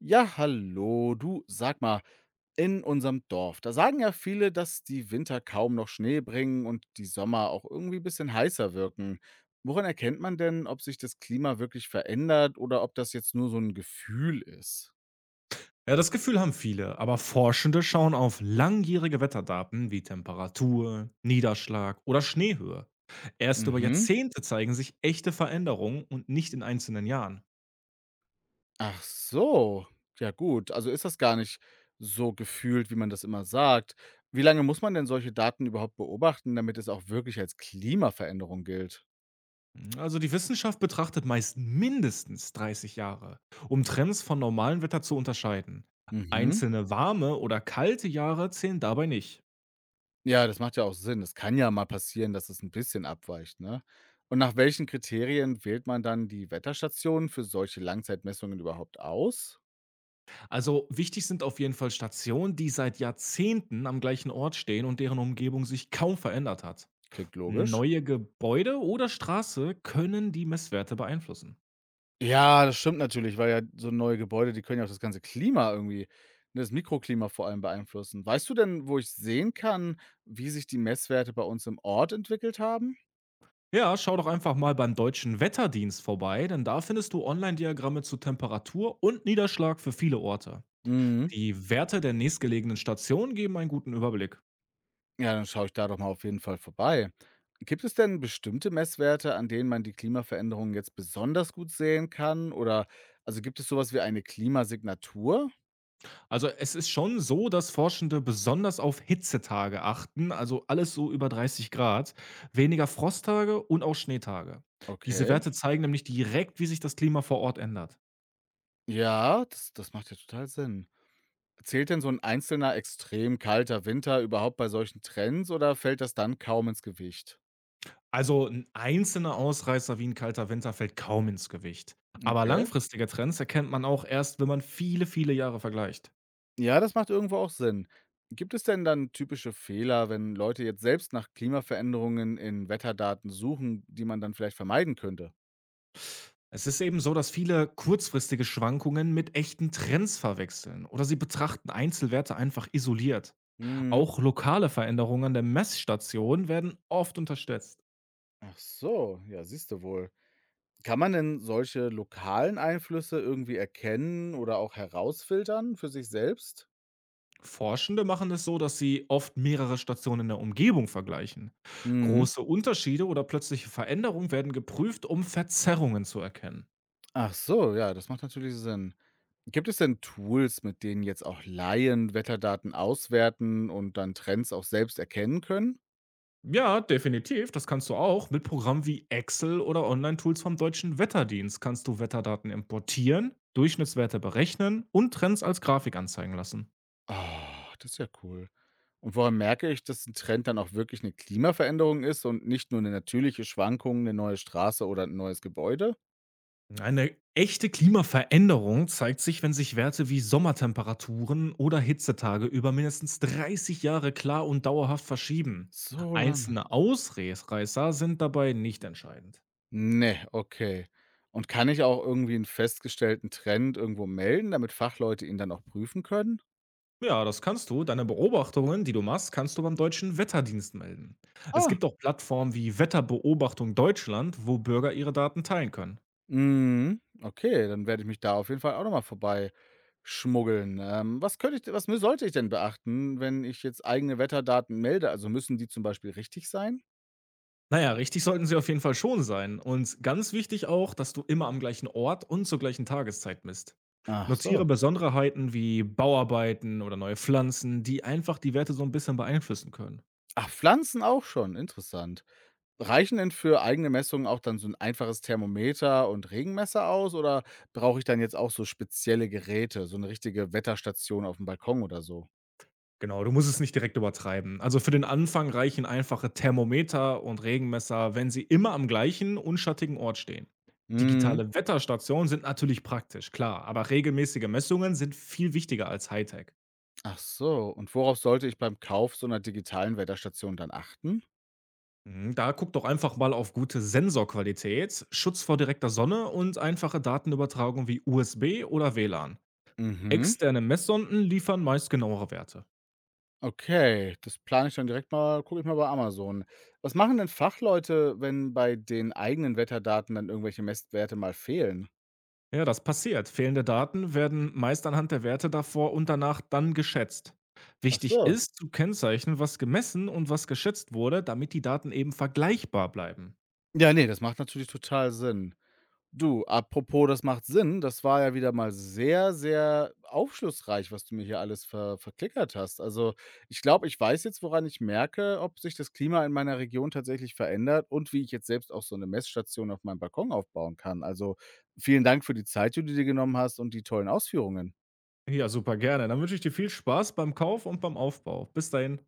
Ja, hallo. Du, sag mal, in unserem Dorf, da sagen ja viele, dass die Winter kaum noch Schnee bringen und die Sommer auch irgendwie ein bisschen heißer wirken. Woran erkennt man denn, ob sich das Klima wirklich verändert oder ob das jetzt nur so ein Gefühl ist? Ja, das Gefühl haben viele, aber Forschende schauen auf langjährige Wetterdaten wie Temperatur, Niederschlag oder Schneehöhe. Erst über Mhm. Jahrzehnte zeigen sich echte Veränderungen und nicht in einzelnen Jahren. Ach so. Ja gut, also ist das gar nicht so gefühlt, wie man das immer sagt. Wie lange muss man denn solche Daten überhaupt beobachten, damit es auch wirklich als Klimaveränderung gilt? Also die Wissenschaft betrachtet meist mindestens 30 Jahre, um Trends von normalem Wetter zu unterscheiden. Mhm. Einzelne warme oder kalte Jahre zählen dabei nicht. Ja, das macht ja auch Sinn. Es kann ja mal passieren, dass es ein bisschen abweicht, ne? Und nach welchen Kriterien wählt man dann die Wetterstationen für solche Langzeitmessungen überhaupt aus? Also wichtig sind auf jeden Fall Stationen, die seit Jahrzehnten am gleichen Ort stehen und deren Umgebung sich kaum verändert hat. Klingt logisch. Neue Gebäude oder Straße können die Messwerte beeinflussen. Ja, das stimmt natürlich, weil ja so neue Gebäude, die können ja auch das ganze Klima irgendwie ne, das Mikroklima vor allem beeinflussen. Weißt du denn, wo ich sehen kann, wie sich die Messwerte bei uns im Ort entwickelt haben? Ja, schau doch einfach mal beim deutschen Wetterdienst vorbei, denn da findest du Online-Diagramme zu Temperatur und Niederschlag für viele Orte. Mhm. Die Werte der nächstgelegenen Station geben einen guten Überblick. Ja, dann schaue ich da doch mal auf jeden Fall vorbei. Gibt es denn bestimmte Messwerte, an denen man die Klimaveränderungen jetzt besonders gut sehen kann? Oder also gibt es sowas wie eine Klimasignatur? Also es ist schon so, dass Forschende besonders auf Hitzetage achten, also alles so über 30 Grad, weniger Frosttage und auch Schneetage. Diese Okay. Werte zeigen nämlich direkt, wie sich das Klima vor Ort ändert. Ja, das macht ja total Sinn. Zählt denn so ein einzelner extrem kalter Winter überhaupt bei solchen Trends oder fällt das dann kaum ins Gewicht? Also ein einzelner Ausreißer wie ein kalter Winter fällt kaum ins Gewicht. Aber Okay. langfristige Trends erkennt man auch erst, wenn man viele, viele Jahre vergleicht. Ja, das macht irgendwo auch Sinn. Gibt es denn dann typische Fehler, wenn Leute jetzt selbst nach Klimaveränderungen in Wetterdaten suchen, die man dann vielleicht vermeiden könnte? Es ist eben so, dass viele kurzfristige Schwankungen mit echten Trends verwechseln oder sie betrachten Einzelwerte einfach isoliert. Mhm. Auch lokale Veränderungen an der Messstation werden oft unterschätzt. Ach so, ja, siehst du wohl. Kann man denn solche lokalen Einflüsse irgendwie erkennen oder auch herausfiltern für sich selbst? Forschende machen es so, dass sie oft mehrere Stationen in der Umgebung vergleichen. Mhm. Große Unterschiede oder plötzliche Veränderungen werden geprüft, um Verzerrungen zu erkennen. Ach so, ja, das macht natürlich Sinn. Gibt es denn Tools, mit denen jetzt auch Laien Wetterdaten auswerten und dann Trends auch selbst erkennen können? Ja, definitiv, das kannst du auch. Mit Programmen wie Excel oder Online-Tools vom Deutschen Wetterdienst kannst du Wetterdaten importieren, Durchschnittswerte berechnen und Trends als Grafik anzeigen lassen. Ah, das ist ja cool. Und woran merke ich, dass ein Trend dann auch wirklich eine Klimaveränderung ist und nicht nur eine natürliche Schwankung, eine neue Straße oder ein neues Gebäude? Eine echte Klimaveränderung zeigt sich, wenn sich Werte wie Sommertemperaturen oder Hitzetage über mindestens 30 Jahre klar und dauerhaft verschieben. So lange. Einzelne Ausreißer sind dabei nicht entscheidend. Ne, okay. Und kann ich auch irgendwie 'n festgestellten Trend irgendwo melden, damit Fachleute ihn dann auch prüfen können? Ja, das kannst du. Deine Beobachtungen, die du machst, kannst du beim deutschen Wetterdienst melden. Es Ah. gibt auch Plattformen wie Wetterbeobachtung Deutschland, wo Bürger ihre Daten teilen können. Mhm, okay, dann werde ich mich da auf jeden Fall auch noch mal vorbeischmuggeln. Was könnte ich de was mü sollte ich denn beachten, wenn ich jetzt eigene Wetterdaten melde? Also, müssen die zum Beispiel richtig sein? Naja, richtig sollten sie auf jeden Fall schon sein. Und ganz wichtig auch, dass du immer am gleichen Ort und zur gleichen Tageszeit misst. Ach Notiere so. Besonderheiten wie Bauarbeiten oder neue Pflanzen, die einfach die Werte so ein bisschen beeinflussen können. Ach, Pflanzen auch schon, interessant. Reichen denn für eigene Messungen auch dann so 'n einfaches Thermometer und Regenmesser aus oder brauche ich dann jetzt auch so spezielle Geräte, so 'ne richtige Wetterstation aufm Balkon oder so? Genau, du musst es nicht direkt übertreiben. Also für den Anfang reichen einfache Thermometer und Regenmesser, wenn sie immer am gleichen, unschattigen Ort stehen. Mhm. Digitale Wetterstationen sind natürlich praktisch, klar, aber regelmäßige Messungen sind viel wichtiger als Hightech. Ach so. Und worauf sollte ich beim Kauf so 'ner digitalen Wetterstation dann achten? Mhm. Da guck doch einfach mal auf gute Sensorqualität, Schutz vor direkter Sonne und einfache Datenübertragung wie USB oder WLAN. Mhm. Externe Messsonden liefern meist genauere Werte. Okay, das plane ich dann direkt mal gucke ich mal bei Amazon. Was machen denn Fachleute, wenn bei den eigenen Wetterdaten dann irgendwelche Messwerte mal fehlen? Ja, das passiert. Fehlende Daten werden meist anhand der Werte davor und danach dann geschätzt. Ach Wichtig so. ist zu kennzeichnen, was gemessen und was geschätzt wurde, damit die Daten eben vergleichbar bleiben. Ja, ne, das macht natürlich total Sinn. Du, apropos, das macht Sinn. Das war ja wieder mal sehr, sehr aufschlussreich, was du mir hier alles verklickert hast. Also, ich glaube, ich weiß jetzt, woran ich merke, ob sich das Klima in meiner Region tatsächlich verändert und wie ich jetzt selbst auch so eine Messstation auf meinem Balkon aufbauen kann. Also, vielen Dank für die Zeit, die du dir genommen hast und die tollen Ausführungen. Ja, super gerne. Dann wünsche ich dir viel Spaß beim Kauf und beim Aufbau. Bis dahin.